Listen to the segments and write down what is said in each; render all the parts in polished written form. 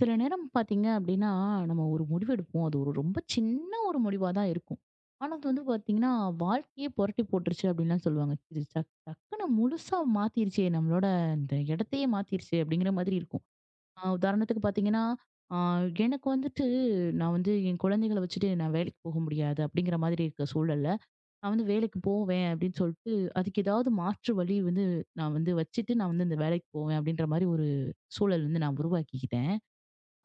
சில நேரம் பாத்தீங்க அப்படின்னா, நம்ம ஒரு முடிவெடுப்போம். அது ஒரு ரொம்ப சின்ன ஒரு முடிவா தான் இருக்கும். ஆனா, அது வந்து பாத்தீங்கன்னா, வாழ்க்கையே புரட்டி போட்டுருச்சு அப்படின்லாம் சொல்லுவாங்க. இது டக் டக்குன்னு முழுசா மாத்திருச்சே, நம்மளோட இந்த இடத்தையே மாத்திருச்சே அப்படிங்கிற மாதிரி இருக்கும். உதாரணத்துக்கு பாத்தீங்கன்னா, அ எனக்கு வந்துட்டு நான் வந்து என் குழந்தைகள வச்சுட்டு நான் வேலைக்கு போக முடியாது அப்படிங்கிற மாதிரி இருக்க சூழல்ல, நான் வந்து வேலைக்கு போவேன் அப்படின்னு சொல்லிட்டு, அதுக்கு ஏதாவது மாற்று வழி வந்து நான் வந்து வச்சுட்டு நான் வந்து இந்த வேலைக்கு போவேன் அப்படின்ற மாரி ஒரு சூழல் வந்து நான் உருவாக்கிக்கிட்டேன்.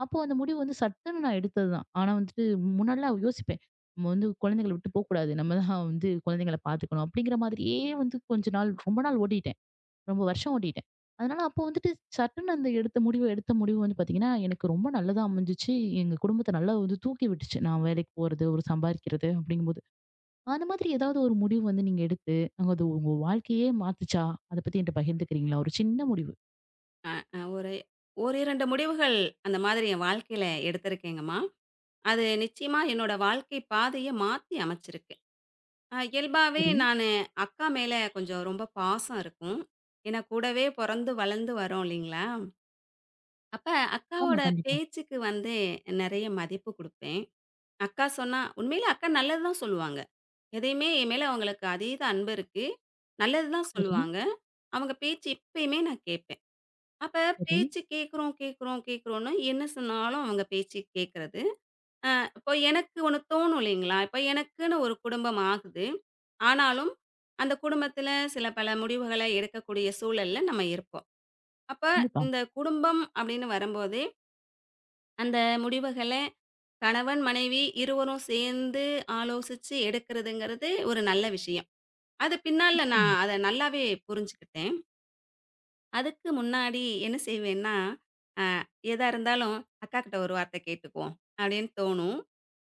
அப்போ அந்த முடிவு வந்து சட்டுன்னு நான் எடுத்தது தான். ஆனா வந்துட்டு முன்னாடிலாம் யோசிப்பேன். நம்ம வந்து குழந்தைங்கள விட்டு போக்கூடாது. நம்ம தான் வந்து குழந்தைங்கள பார்த்துக்கணும். அப்படிங்கிற மாதிரியே வந்து கொஞ்ச நாள் ரொம்ப நாள் ஓட்டிட்டேன். ரொம்ப வருஷம் ஓட்டிட்டேன். அதனால அப்போ வந்துட்டு சட்டுன்னு அந்த எடுத்த முடிவு வந்து பார்த்தீங்கன்னா, எனக்கு ரொம்ப நல்லதா அமைஞ்சுச்சு. எங்க குடும்பத்த நல்லா வந்து தூக்கி விட்டுச்சு. நான் வேலைக்கு போறது, ஒரு சம்பாரிக்கிறது அப்படிங்கும்போது. அந்த மாதிரி ஏதாவது ஒரு முடிவு வந்து நீங்க எடுத்து, அங்க அது உங்க வாழ்க்கையே மாத்துச்சா? அத பத்தி என்ட்ட பகிர்ந்துக்கிறீங்களா? ஒரு சின்ன முடிவு. அ ஒரு ஒரு 2 முடிவுகள் அந்த மாதிரி என் வாழ்க்கையில எடுத்திருக்கேங்கம்மா. அது நிச்சயமா என்னோட வாழ்க்கை பாதைய மாத்தி அமைச்சிருக்கு. இயல்பாவே சரி. அக்கா மேல கொஞ்சம் ரொம்ப பாசம் இருக்கும். ஏன்னா கூடவே பொறந்து வளர்ந்து வரோம் இல்லைங்களா? அப்ப ஆமா. அக்காவோட கண்டிப்பா. பேச்சுக்கு வந்து நெறைய மதிப்பு குடுப்பேன். அக்கா சொன்னா உண்மையிலே அக்கா நல்லது தான் சொல்லுவாங்க. எதையுமே என் மேல அவங்களுக்கு அதீத அன்பு இருக்கு. நல்லது தான் சரி, சொல்லுவாங்க. அவங்க பேச்சு எப்பயுமே நான் கேட்பேன். அப்ப சரி. பேச்சு கேட்குறோம், கேட்குறோம், கேட்குறோம்ன்னு என்ன சொன்னாலும் அவங்க பேச்சு கேட்கறது. அ இப்போ எனக்கு ஒண்ணு தோணும் இல்லைங்களா? இப்போ எனக்குன்னு ஒரு குடும்பம் ஆகுது. ஆனாலும் அந்த குடும்பத்தில சில பல முடிவுகள எடுக்கக்கூடிய சூழல்ல நம்ம இருப்போம். அப்ப கண்டிப்பா. இந்த குடும்பம் அப்படின்னு வரும்போதே, அந்த முடிவுகள கணவன், மனைவி இருவரும் சேர்ந்து ஆலோசிச்சு எடுக்கிறதுங்கிறது ஒரு நல்ல விஷயம். அது பின்னால நான் நிச்சயமா. அத நல்லாவே புரிஞ்சுக்கிட்டேன். அதுக்கு முன்னாடி என்ன செய்வேன்னா, அ எதா இருந்தாலும் அக்காகிட்ட ஒரு வார்த்தை கேட்டுக்குவோம், அப்படின்னு தோணும்.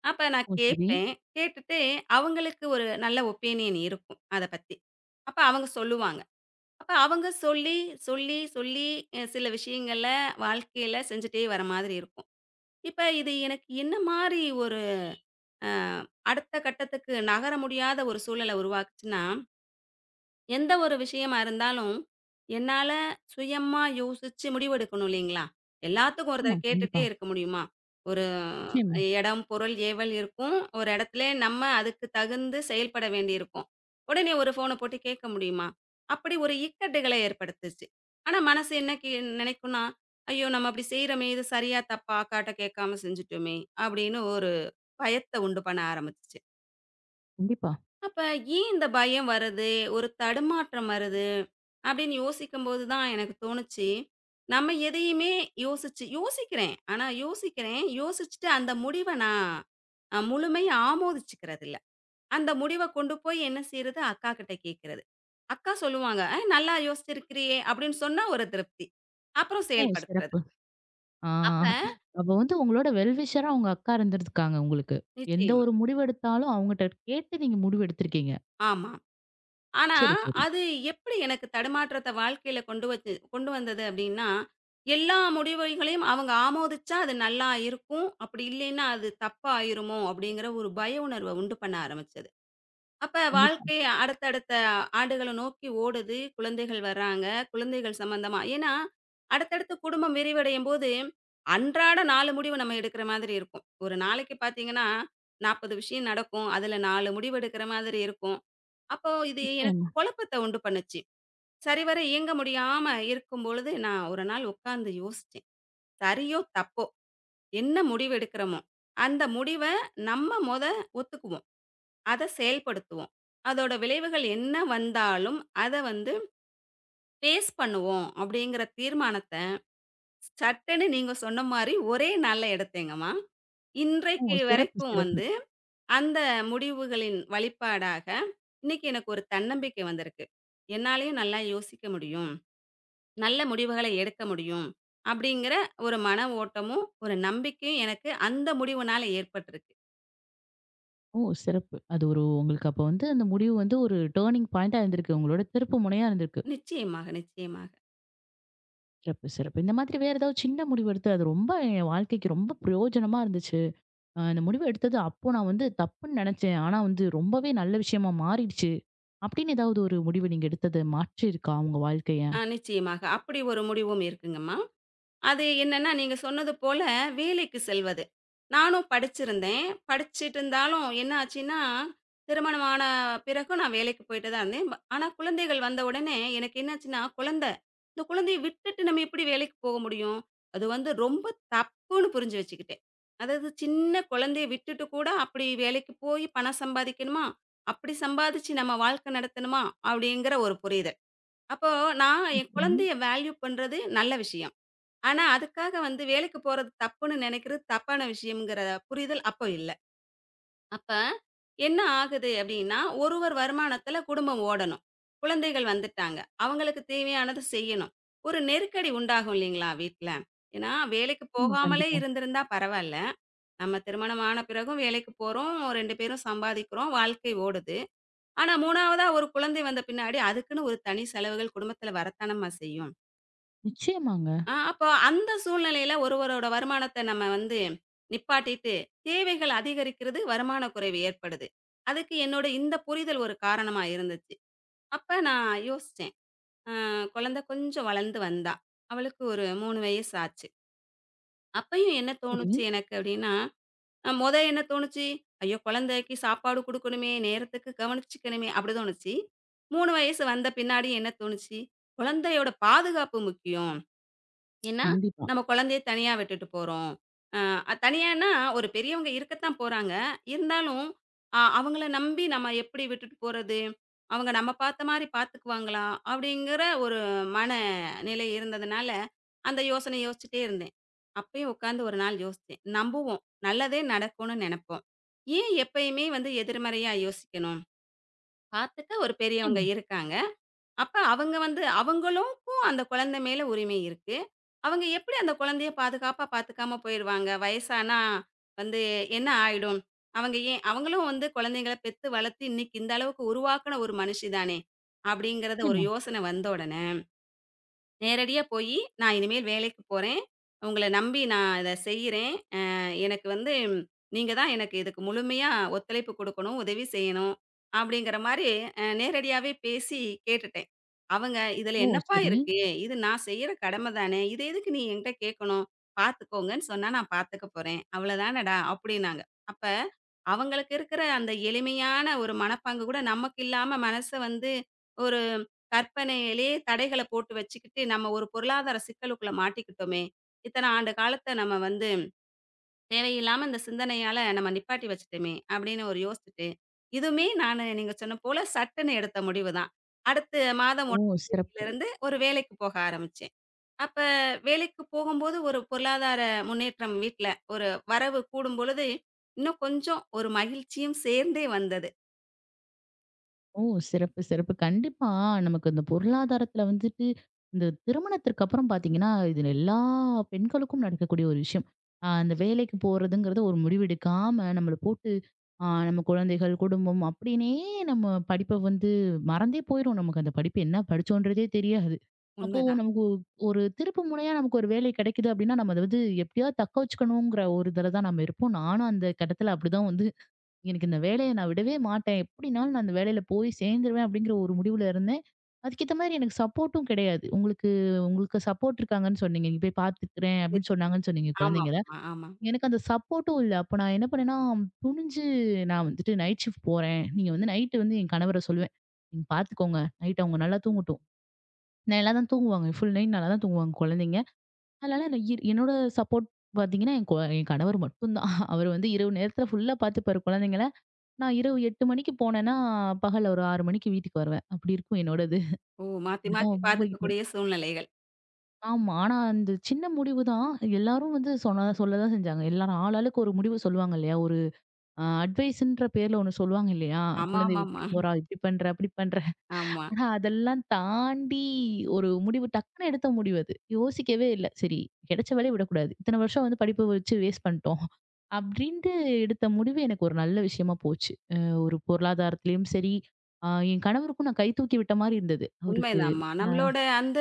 அப்ப நான் ஓ! சரி. கேட்பேன். கேட்டுட்டு அவங்களுக்கு ஒரு நல்ல ஒப்பீனியன் இருக்கும் அத பத்தி. அப்ப அவங்க சொல்லுவாங்க. அப்ப அவங்க சொல்லி, சொல்லி, சொல்லி சில விஷயங்கள வாழ்க்கையில செஞ்சுட்டே வர மாதிரி இருக்கும். இப்ப இது எனக்கு என்ன மாரி ஒரு அ அடுத்த கட்டத்துக்கு நகர முடியாத ஒரு சூழல உருவாக்குச்சுன்னா எந்த ஒரு விஷயமா இருந்தாலும், என்னால சுயமா யோசிச்சு முடிவெடுக்கணும் இல்லைங்களா? எல்லாத்துக்கும் ஒருத்தர ஆமா. கேட்டுட்டே கண்டிப்பா. இருக்க முடியுமா? ஒரு நிச்சயமா. இடம், பொருள், ஏவல் இருக்கும். ஒரு இடத்துல நம்ம அதுக்கு தகுந்து செயல்பட வேண்டியிருக்கும். உடனே ஒரு ஃபோன போட்டு கேட்க முடியுமா? அப்படி ஒரு இக்கட்டுகளை ஏற்படுத்துச்சு. ஆனா மனசு என்ன நினைக்கும்னா, "ஐயோ! நம்ம அப்படி செய்றோமே, இது சரியா, தப்பா, அக்காட்ட கேட்காம செஞ்சுட்டோமே!" அப்படின்னு ஒரு பயத்த உண்டு பண்ண ஆரம்பிச்சுச்சு. கண்டிப்பா. அப்ப ஏன் இந்த பயம் வருது? ஒரு தடுமாற்றம் வருது? அப்படின்னு யோசிக்கும்போது தான் எனக்கு தோணுச்சு, நம்ம எதையுமே யோசிச்சு யோசிக்கிறேன். ஆனா யோசிக்கிறேன். யோசிச்சுட்டு அந்த முடிவ நான் முழுமையா ஆமோதிச்சுக்கிறதில்ல. அந்த முடிவ கொண்டு போய் என்ன செய்றது? அக்கா கிட்ட கேட்கிறது. அக்கா சொல்லுவாங்க, "அ நல்லா யோசிச்சிருக்கிறியே!" அப்படின்னு சொன்னா ஒரு திருப்தி. அப்புறம் ஓ! செயல்படுத்துறது. சிறப்பு. ஆ அப்ப அப்ப வந்து உங்களோட வெல் விஷரா உங்க அக்கா இருந்திருக்காங்க உங்களுக்கு. எந்த நிச்சயமா. ஒரு முடிவு எடுத்தாலும் அவங்கட்ட கேட்டு நீங்க முடிவு எடுத்திருக்கீங்க. ஆமா. ஆனா, சரி, சரி. அது எப்படி எனக்கு தடுமாற்றத்த வாழ்க்கையில கொண்டு வச்சு கொண்டு வந்தது அப்படின்னா, எல்லா முடிவுகளையும் அவங்க ஆமோதிச்சா அது நல்லா இருக்கும். அப்படி இல்லைன்னா, அது தப்பா ஆயிருமோ அப்படிங்கிற ஒரு பய உணர்வ உண்டு பண்ண ஆரம்பிச்சது. அப்ப கண்டிப்பா. வாழ்க்கை அடுத்தடுத்த ஆண்டுகள நோக்கி ஓடுது. குழந்தைகள் வர்றாங்க. குழந்தைகள் சம்மந்தமா ஏன்னா, அடுத்தடுத்து குடும்பம் விரிவடையும்போது, அன்றாட 4 முடிவு நம்ம எடுக்கிற மாதிரி இருக்கும். ஒரு நாளைக்கு பார்த்தீங்கன்னா, 40 விஷயம் நடக்கும். அதுல 4 முடிவு எடுக்கிற மாதிரி இருக்கும். அப்போ இது எனக்கு நிச்சயமா. குழப்பத்த உண்டு பண்ணுச்சு. சரிவர இயங்க முடியாம இருக்கும் பொழுது, நான் ஒரு நாள் உட்கார்ந்து யோசிச்சேன். சரியோ! தப்போ! என்ன முடிவு எடுக்கிறோமோ, அந்த முடிவ நம்ம ஒத்துக்குவோம். அத செயல்படுத்துவோம். அதோட விளைவுகள் என்ன வந்தாலும், அத வந்து ஃபேஸ் பண்ணுவோம் அப்படிங்கிற தீர்மானத்த, சட்டுன்னு நீங்க சொன்ன மாரி ஒரே நாள்ல எடுத்தேங்கம்மா. ஓ! இன்றைக்கு சிறப்பு, வரைக்கும் சிறப்பு. வந்து அந்த முடிவுகளின் வழிப்பாடாக, இன்னைக்கு எனக்கு ஒரு தன்னம்பிக்கை வந்திருக்கு. என்னாலயும் நல்லா யோசிக்க முடியும். நல்ல முடிவுகள எடுக்க முடியும். அப்படிங்கிற ஒரு மன ஓட்டமும், ஒரு நம்பிக்கையும் எனக்கு அந்த முடிவுனால ஏற்பட்டிருக்கு. ஓ! சிறப்பு. அது ஒரு உங்களுக்கு அப்ப வந்து அந்த முடிவு வந்து ஒரு டர்னிங் பாயிண்டா இருந்திருக்கு. உங்களோட திருப்பு முனையா இருந்திருக்கு. நிச்சயமாக, நிச்சயமாக. சிறப்பு, சிறப்பு. இந்த மாதிரி வேற ஏதாவது சின்ன முடிவு எடுத்து அது ரொம்ப என் வாழ்க்கைக்கு ரொம்ப பிரயோஜனமா இருந்துச்சு. இந்த முடிவு எடுத்தது அப்போ நான் வந்து தப்புன்னு நினைச்சேன். ஆனா வந்து ரொம்பவே நல்ல விஷயமா மாறிடுச்சு. அப்படின்னு ஏதாவது ஒரு முடிவு நீங்க எடுத்தது மாற்றியிருக்கா உங்க வாழ்க்கைய? ஆ நிச்சயமாக. அப்படி ஒரு முடிவும் இருக்குங்கம்மா. அது என்னன்னா, நீங்க சொன்னது போல வேலைக்கு செல்வது. நானும் படிச்சிருந்தேன். படிச்சுட்டு இருந்தாலும் என்ன ஆச்சுன்னா, திருமணம் ஆன பிறகும் நான் வேலைக்கு போயிட்டு தான் இருந்தேன். ஆனா குழந்தைகள் வந்த உடனே எனக்கு என்னாச்சுன்னா, குழந்தை. இந்த குழந்தைய விட்டுட்டு நம்ம எப்படி வேலைக்கு போக முடியும்? அது வந்து ரொம்ப தப்புன்னு புரிஞ்சு வச்சுக்கிட்டேன். அதாவது சின்ன குழந்தைய விட்டுட்டு கூட அப்படி வேலைக்கு போய் பணம் சம்பாதிக்கணுமா? அப்படி சம்பாதிச்சு நம்ம வாழ்க்கை நடத்தணுமா? அப்படிங்கிற ஒரு புரிதல். அப்போ நான் என் ம். குழந்தைய வேல்யூ பண்றது நல்ல விஷயம். ஆனா, அதுக்காக வந்து வேலைக்கு போறது தப்புன்னு நினைக்கிறது தப்பான விஷயம்ங்கிற புரிதல் அப்ப இல்ல. அப்ப என்ன ஆகுது அப்டின்னா, ஒருவர் வருமானத்துல குடும்பம் ஓடணும். குழந்தைகள் வந்துட்டாங்க. அவங்களுக்கு தேவையானது செய்யணும். ஒரு நெருக்கடி உண்டாகும் இல்லைங்களா வீட்ல? ஏன்னா, வேலைக்கு ஆமா, போகாமலே கண்டிப்பா. இருந்திருந்தா பரவால்ல. நம்ம திருமணம் ஆன பிறகும் வேலைக்கு போறோம். 2 பேரும் சம்பாதிக்கிறோம். வாழ்க்கை ஓடுது. ஆனா 3வதா ஒரு குழந்தை வந்த பின்னாடி அதுக்குன்னு ஒரு தனி செலவுகள் குடும்பத்துல வரத்தானம்மா செய்யும். நிச்சயமாங்க. ஆ, அப்போ அந்த சூழ்நிலையில ஒருவரோட வருமானத்த நம்ம வந்து நிப்பாட்டிட்டு, தேவைகள் அதிகரிக்கிறது, வருமான குறைவு ஏற்படுது. அதுக்கு என்னோட இந்த புரிதல் ஒரு காரணமா இருந்துச்சு. அப்ப நான் யோசிச்சேன். அ குழந்தை கொஞ்சம் வளர்ந்து வந்தா. அவளுக்கு ஒரு 3 வயசு ஆச்சு. அப்பயும் என்ன சரி. தோணுச்சு எனக்கு அப்டின்னா, அ மொத என்ன தோணுச்சு, "ஐயோ! குழந்தைக்கு சாப்பாடு குடுக்கணுமே, நேரத்துக்கு கவனிச்சுக்கணுமே" அப்டி தோணுச்சு. 3 வயசு வந்த பின்னாடி என்ன தோணுச்சு, "குழந்தையோட பாதுகாப்பு முக்கியம்." ஏன்னா, கண்டிப்பா. நம்ம குழந்தைய தனியா விட்டுட்டு போறோம். தனியான்னா ஒரு பெரியவங்க இருக்கத்தான் போறாங்க. இருந்தாலும் அவங்கள நம்பி நம்ம எப்படி விட்டுட்டு போறது? அவங்க நம்ம பார்த்த மாரி பார்த்துக்குவாங்களா? அப்படிங்கிற ஒரு மனநிலை இருந்ததுனால, அந்த யோசனை யோசிச்சுட்டே இருந்தேன். அப்பயும் உட்காந்து ஒரு நாள் யோசிச்சேன். நம்புவோம். நல்லதே நடக்கும்னு நெனப்போம். ஏன் எப்பயுமே வந்து எதிர்மறையா யோசிக்கணும்? பார்த்துக்க ஒரு பெரியவங்க நிச்சயமா. இருக்காங்க. அப்ப அவங்க வந்து அவங்களுக்கும் அந்த குழந்தை மேல உரிமை இருக்கு. அவங்க எப்படி அந்த குழந்தைய பாதுகாப்பா பாத்துக்காம போயிருவாங்க? வயசானா வந்து என்ன ஆயிடும்? அவங்க ஏன் அவங்களும் வந்து குழந்தைங்கள பெத்து வளர்த்து இன்னைக்கு இந்த அளவுக்கு உருவாக்குன ஒரு மனுஷி தானே! அப்படிங்கிறத ஒரு நிச்சயமா. யோசனை வந்த உடனே நேரடியா போயி, "நான் இனிமேல் வேலைக்கு போறேன். உங்கள நம்பி நான் இத செய்றேன். எனக்கு வந்து நீங்க தான் எனக்கு இதுக்கு முழுமையா ஒத்துழைப்பு குடுக்கணும், உதவி செய்யணும்." அப்படிங்கிற மாரி நேரடியாவே பேசி கேட்டுட்டேன். அவங்க, "இதுல ஓ! என்னப்பா சரி. இருக்கு? இது நான் செய்யற கடமை தானே. இத எதுக்கு நீ என்கிட்ட கேட்கணும்? பார்த்துக்கோங்கன்னு சொன்னா நான் பார்த்துக்க போறேன். அவ்வளோதானடா" அப்படின்னாங்க. அப்ப அவங்களுக்கு இருக்கிற அந்த எளிமையான ஒரு மனப்பாங்கு கூட நமக்கு இல்லாம மனச வந்து ஒரு கற்பனையிலேயே தடைகள போட்டு வச்சுக்கிட்டு, நம்ம ஒரு பொருளாதார சிக்கலுக்குள்ள மாட்டிக்கிட்டோமே! இத்தன ஆண்டு காலத்த நம்ம வந்து தேவையில்லாம இந்த சிந்தனையால நம்ம நிப்பாட்டி வச்சுட்டோமே! அப்படின்னு ஒரு யோசிச்சுட்டு, இதுவுமே நானு நீங்க சொன்ன போல சட்டுன்னு எடுத்த முடிவு தான். அடுத்த மாதம் ஓ! 1 சிறப்பு. தேதியிலிருந்து ஒரு வேலைக்கு போக ஆரம்பிச்சேன். அப்ப வேலைக்கு போகும்போது ஒரு பொருளாதார முன்னேற்றம் வீட்ல ஒரு வரவு கூடும்பொழுது, இன்னும் கொஞ்சம் ஒரு மகிழ்ச்சியும் சேர்ந்தே வந்தது. ஓ! சிறப்பு, சிறப்பு. கண்டிப்பா. நமக்கு இந்த பொருளாதாரத்துல வந்துட்டு, இந்த திருமணத்திற்கு அப்புறம் பாத்தீங்கன்னா, இது எல்லா பெண்களுக்கும் நடக்கக்கூடிய ஒரு விஷயம். அந்த வேலைக்கு போறதுங்கிறது ஒரு முடிவெடுக்காம, நம்மள போட்டு நம்ம குழந்தைகள், குடும்பம் அப்படின்னே நம்ம படிப்ப வந்து மறந்தே போயிரும். நமக்கு அந்த படிப்பு என்ன படிச்சோன்றதே தெரியாது. அப்போ உண்மைதான். நமக்கு ஒரு திருப்பு முனையா நமக்கு ஒரு வேலை கிடைக்குது அப்படின்னா, நம்ம அத வந்து எப்படியாவது தக்க வச்சுக்கணுங்கிற ஒரு இதுல தான் நம்ம இருப்போம். நானும் அந்த கட்டத்துல அப்படிதான் வந்து எனக்கு இந்த வேலைய நான் விடவே மாட்டேன். எப்படினாலும் நான் அந்த வேலையில போய் சேர்ந்துருவேன் அப்படிங்கிற ஒரு முடிவுல இருந்தேன். அதுக்கேத்த மாரி எனக்கு சப்போர்ட்டும் கிடையாது. உங்களுக்கு உங்களுக்கு சப்போர்ட் இருக்காங்கன்னு சொன்னீங்க. "நீங்க போய் பார்த்துக்கிறேன்" அப்படின்னு சொன்னாங்கன்னு சொன்னீங்க ஆமாமா, குழந்தைங்கள. ஆமா. ஆமா. எனக்கு அந்த சப்போர்ட்டும் இல்ல. அப்ப நான் என்ன பண்ணேன்னா, துணிஞ்சு நான் வந்துட்டு நைட் ஷிஃப்ட் போறேன். நீங்க வந்து நைட்டு வந்து என் கணவர சொல்லுவேன். "நீங்க பார்த்துக்கோங்க. நைட் அவங்க நல்லா தூங்கட்டும்." நல்லா தான் தூங்குவாங்க. ஃபுல் நைட் நல்லா தான் தூங்குவாங்க குழந்தைங்க. அதனால நான் என்னோட சப்போர்ட் பார்த்தீங்கன்னா, என் கணவர் மட்டும் தான். அவர் வந்து இரவு நேரத்துல ஃபுல்லா பார்த்துப்பாரு குழந்தைங்கள. நான் இரவு 8 மணிக்கு போனேன்னா, பகல் ஒரு 6 மணிக்கு வீட்டுக்கு வருவேன். அப்படி இருக்கும் என்னோடது. ஓ! மாத்தி இப்படிதான் மாத்தி போயிட்டு பார்த்துக்கக்கூடிய இருக்கு. சூழ்நிலைகள். ஆமா. ஆனா அந்த சின்ன முடிவு தான். எல்லாரும் வந்து சொன்ன சொல்லதான் செஞ்சாங்க. எல்லாரும் ஆளாளுக்கு ஒரு முடிவு சொல்லுவாங்க இல்லையா? ஒரு அட்வைஸ்ன்ற பேர்ல ஒண்ணு சொல்லுவாங்க இல்லையா? குழந்தைய ஆமாமாமா. விட்டுட்டு போறா, இப்படி பண்ற, அப்படி பண்ற. ஆமா. ஆனா அதெல்லாம் தாண்டி ஒரு முடிவு டக்குன்னு எடுத்த முடிவு அது. யோசிக்கவே இல்ல. சரி கிடைச்ச வேலைய விடக்கூடாது. இத்தன வருஷம் வந்து படிப்பு வச்சு வேஸ்ட் பண்ணிட்டோம். அப்படின்ட்டு எடுத்த முடிவு எனக்கு ஒரு நல்ல விஷயமா போச்சு. ஒரு பொருளாதாரத்திலயும் சரி, என் கணவருக்கும் நான் கை தூக்கி விட்ட மாரி இருந்தது. அவருக்கு உண்மைதாம்மா. அ நம்மளோட அந்த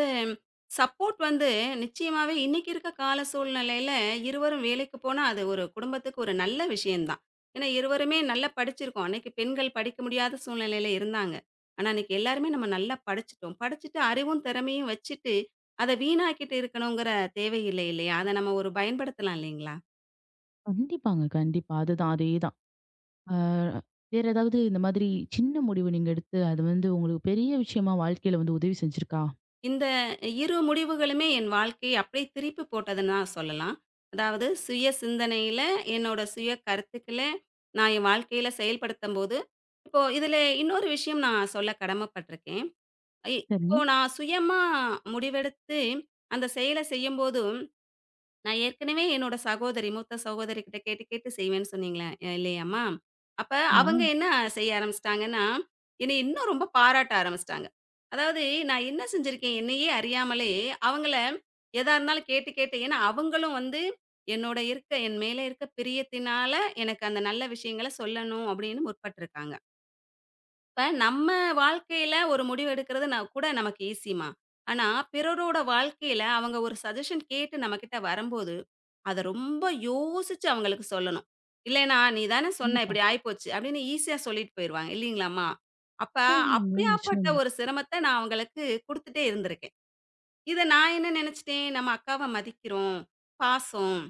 சப்போர்ட் வந்து நிச்சயமாவே இன்னைக்கு இருக்க கால சூழ்நிலையில இருவரும் வேலைக்கு போனா, அது ஒரு குடும்பத்துக்கு ஒரு நல்ல விஷயம் தான். ஏன்னா, இருவருமே நல்லா படிச்சிருக்கோம். அன்னைக்கு பெண்கள் படிக்க முடியாத சூழ்நிலையில இருந்தாங்க. ஆனா, இன்னைக்கு எல்லாருமே நம்ம நல்லா படிச்சுட்டோம். படிச்சுட்டு அறிவும், திறமையும் வச்சுட்டு, அத வீணாக்கிட்டு இருக்கணுங்கிற தேவையில்லை இல்லையா? அத நம்ம ஒரு பயன்படுத்தலாம் இல்லைங்களா? கண்டிப்பாங்க, கண்டிப்பா. அதுதான், அதேதான். அ வேற ஏதாவது இந்த மாதிரி சின்ன முடிவு நீங்க எடுத்து, அது வந்து உங்களுக்கு பெரிய விஷயமா வாழ்க்கையில வந்து உதவி செஞ்சிருக்கா? இந்த 2 முடிவுகளுமே என் வாழ்க்கையை அப்படியே திருப்பி போட்டதுன்னு தான் சொல்லலாம். அதாவது சுய சிந்தனையில, என்னோட சுய கருத்துக்கள நான் என் வாழ்க்கையில செயல்படுத்தம்போது, இப்போ இதில இன்னொரு விஷயம் நான் சொல்ல கடமைப்பட்டுருக்கேன். சரி. இப்போ நான் சுயமா முடிவெடுத்து அந்த செயல செய்யும்போது நான் ஏற்கனவே என்னோட சகோதரி, மூத்த சகோதரி கிட்ட கேட்டு, கேட்டு செய்வேன்னு சொன்னீங்களே இல்லையாம்மா? அப்ப ஆமா. அவங்க என்ன செய்ய ஆரம்பிச்சுட்டாங்கன்னா, என்னைய இன்னும் ரொம்ப பாராட்ட ஆரம்பிச்சுட்டாங்க. அதாவது நான் என்ன செஞ்சிருக்கேன்? என்னையே அறியாமலே அவங்கள எதா இருந்தாலும் கேட்டு, கேட்டு ஏன்னா அவங்களும் வந்து என்னோட இருக்க என் மேல இருக்க பிரியத்தினால எனக்கு அந்த நல்ல விஷயங்கள சொல்லணும் அப்படின்னு முற்பட்டுருக்காங்க. இப்ப நம்ம வாழ்க்கையில ஒரு முடிவு எடுக்கிறது நான் கூட நமக்கு ஈஸிமா. ஆனா, பிறரோட வாழ்க்கையில அவங்க ஒரு சஜஷன் கேட்டு நம்மகிட்ட வரும்போது, அத ரொம்ப யோசிச்சு அவங்களுக்கு சொல்லணும். இல்லைன்னா, "நீ தானே சொன்ன கண்டிப்பா. இப்படி ஆயிப்போச்சு" அப்படின்னு ஈஸியா சொல்லிட்டு போயிருவாங்க. இல்லீங்களாம்மா? அப்ப நிச்சயமாங்க, அப்படியாப்பட்ட நிச்சயமா. ஒரு சிரமத்த நான் அவங்களுக்கு குடுத்துட்டே இருந்திருக்கேன். இத நான் என்ன நெனச்சுட்டேன், நம்ம அக்காவ மதிக்கிறோம், பாசம்.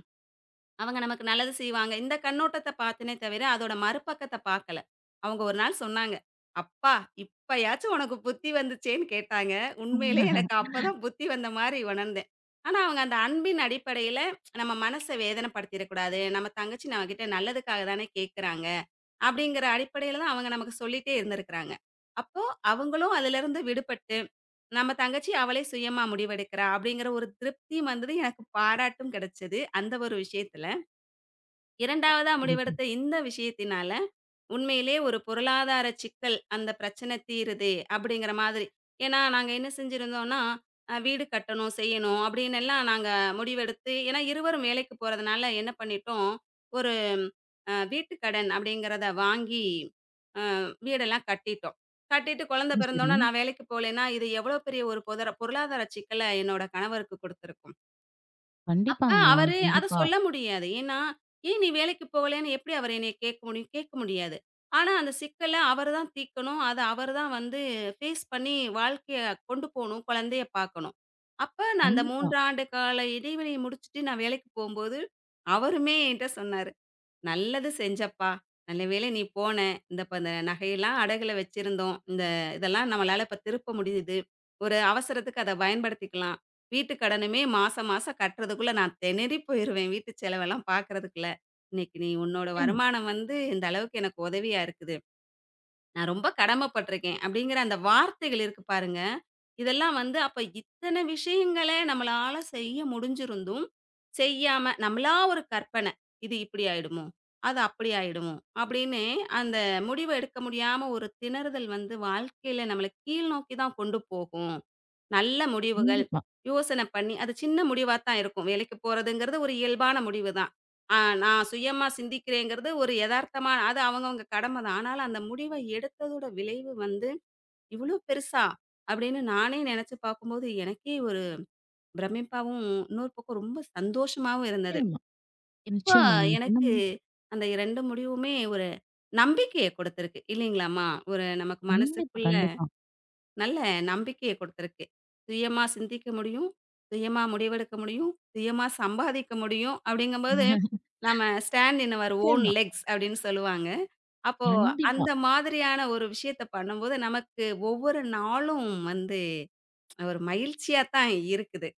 அவங்க நமக்கு நல்லது செய்வாங்க. இந்த கண்ணோட்டத்த பார்த்தேனே தவிர, அதோட மறுபக்கத்த பார்க்கல. அவங்க ஒரு நாள் சொன்னாங்க, "அப்பா! இப்பயாச்சும் உனக்கு புத்தி வந்துச்சேன்னு" கேட்டாங்க. உண்மையிலே எனக்கு அப்பதான் புத்தி வந்த மாரி உணர்ந்தேன். ஆனா, அவங்க அந்த அன்பின் அடிப்படையில நம்ம மனச வேதனைப்படுத்திறக்கூடாது. நம்ம தங்கச்சி நம்மகிட்ட நல்லதுக்காக தானே கேட்கறாங்க. அப்படிங்கிற அடிப்படையில தான் அவங்க நமக்கு சொல்லிட்டே இருந்திருக்கிறாங்க. அப்போ அவங்களும் அதிலிருந்து விடுபட்டு, நம்ம தங்கச்சி அவளே சுயமா முடிவெடுக்கிறா அப்படிங்கிற ஒரு திருப்தியும் வந்தது. எனக்கு பாராட்டும் கிடைச்சது. அந்த ஒரு விஷயத்துல. 2வதா சிறப்பு. முடிவெடுத்த இந்த விஷயத்தினால, உண்மையிலே ஒரு பொருளாதார சிக்கல் அந்த பிரச்சனை தீருது அப்படிங்கிற மாதிரி. ஏன்னா, நாங்க என்ன செஞ்சிருந்தோம்னா, வீடு கட்டணும், செய்யணும் அப்படின்னு எல்லாம் நாங்க முடிவெடுத்து ஏன்னா இருவரும் வேலைக்கு போறதுனால என்ன பண்ணிட்டோம், ஒரு வீட்டு கடன் அப்படிங்கிறத வாங்கி, அ வீடெல்லாம் கட்டிட்டோம். கட்டிட்டு குழந்தை பிறந்தோனே சரி. நான் வேலைக்கு போலேன்னா, இது எவ்வளோ பெரிய ஒரு பொருளாதார சிக்கல என்னோட கணவருக்கு குடுத்துருக்கும். அப்ப கண்டிப்பாங்க. அவரு அத கண்டிப்பா, சொல்ல முடியாது. ஏன்னா, "ஏன் நீ வேலைக்கு போகலன்னு?" எப்படி அவரு என்னைய கேட்க முடியும்? கேட்க முடியாது. ஆனா, அந்த சிக்கல அவரு தான் தீர்க்கணும். அத அவரு தான் வந்து ஃபேஸ் பண்ணி வாழ்க்கைய கொண்டு போணும். குழந்தைய பார்க்கணும். அப்ப நான் அந்த கண்டிப்பா. 3 ஆண்டு கால இடைவெளிய முடிச்சுட்டு நான் வேலைக்கு போம்போது, அவருமே என்ட்ட சொன்னாரு. நல்லது செஞ்சப்பா! நல்ல வேளை நீ போன. இந்த இப்ப இந்த நகையெல்லாம் அடகுல வச்சிருந்தோம். இந்த இதெல்லாம் நம்மளால இப்ப திருப்ப முடியுது. ஒரு அவசரத்துக்கு அத பயன்படுத்திக்கலாம். வீட்டு கடனுமே மாசம் மாசம் கட்டுறதுக்குள்ள நான் திணறி போயிருவேன். வீட்டு செலவெல்லாம் பார்க்கறதுக்குள்ள. இன்னைக்கு நீ உன்னோட நிச்சயமா, வருமானம் வந்து இந்த அளவுக்கு எனக்கு உதவியா இருக்குது. நான் ரொம்ப கடமைப்பட்டுருக்கேன்." அப்படிங்கிற அந்த வார்த்தைகள் இருக்கு பாருங்க. இதெல்லாம் வந்து அப்ப இத்தன விஷயங்கள நம்மளால செய்ய முடிஞ்சிருந்தும், செய்யாம நம்மளா ஒரு கற்பனை. "இது இப்படி ஆயிடுமோ? அது அப்படி ஆயிடுமோ?" அப்படின்னு அந்த முடிவு எடுக்க முடியாம ஒரு திணறுதல் வந்து வாழ்க்கையில நம்மள கீழ் நோக்கி தான் கொண்டு போகும். நல்ல முடிவுகள், கண்டிப்பா, யோசனை பண்ணி அது சின்ன முடிவா தான் இருக்கும். வேலைக்கு போறதுங்கிறது ஒரு இயல்பான முடிவு தான். ஆ நான் சுயமா சிந்திக்கிறேங்கிறது ஒரு எதார்த்தமா அது அவங்கவங்க கடமை தான். ஆனாலும் அந்த முடிவ எடுத்ததோட விளைவு வந்து, "இவ்ளோ பெருசா?" அப்படின்னு நானே நெனச்சு பார்க்கும்போது, எனக்கே ஒரு பிரமிப்பாவும், இன்னொரு பக்கம் ரொம்ப சந்தோஷமாவும் இருந்தது. நிச்சயமா. இப்போ நிச்சயமா. நீங்க சொன்ன எனக்கு மாதிரி அந்த 2 முடிவுமே ஒரு நம்பிக்கைய குடுத்திருக்கு. இல்லைங்களாம்மா? ஒரு நமக்கு கண்டிப்பா, மனசுக்குள்ள கண்டிப்பா. நல்ல நம்பிக்கைய குடுத்திருக்கு. சுயமா சிந்திக்க முடியும், சுயமா முடிவெடுக்க முடியும், சுயமா சம்பாதிக்க முடியும் அப்படிங்கும்போது, நம்ம ஸ்டாண்ட் இன் அவர் ஓன் நிச்சயமா. லெக்ஸ் அப்படின்னு சொல்லுவாங்க. அப்போ கண்டிப்பா, அந்த மாதிரியான ஒரு விஷயத்த பண்ணும்போது, நமக்கு ஒவ்வொரு நாளும் வந்து ஒரு மகிழ்ச்சியா தான் இருக்குது.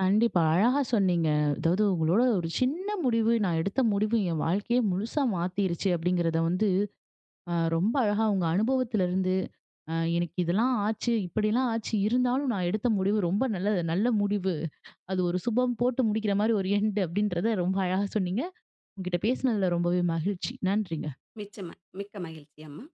கண்டிப்பா. அழகா சொன்னீங்க. அதாவது உங்களோட ஒரு சின்ன முடிவு, நான் எடுத்த முடிவு என் வாழ்க்கையே முழுசா மாத்திருச்சு அப்படிங்கிறத வந்து, ரொம்ப அழகா உங்க அனுபவத்திலருந்து, எனக்கு இதெல்லாம் ஆச்சு, இப்படிலாம் ஆச்சு, இருந்தாலும் நான் எடுத்த முடிவு ரொம்ப நல்ல நல்ல முடிவு. அது ஒரு சுபம் போட்டு முடிக்கிற மாரி ஒரு எண்ட் அப்படின்றத ரொம்ப அழகா சொன்னீங்க. உங்ககிட்ட பேசினதுல ரொம்பவே மகிழ்ச்சி. நன்றிங்க. மிச்சம மிக்க மகிழ்ச்சி அம்மா.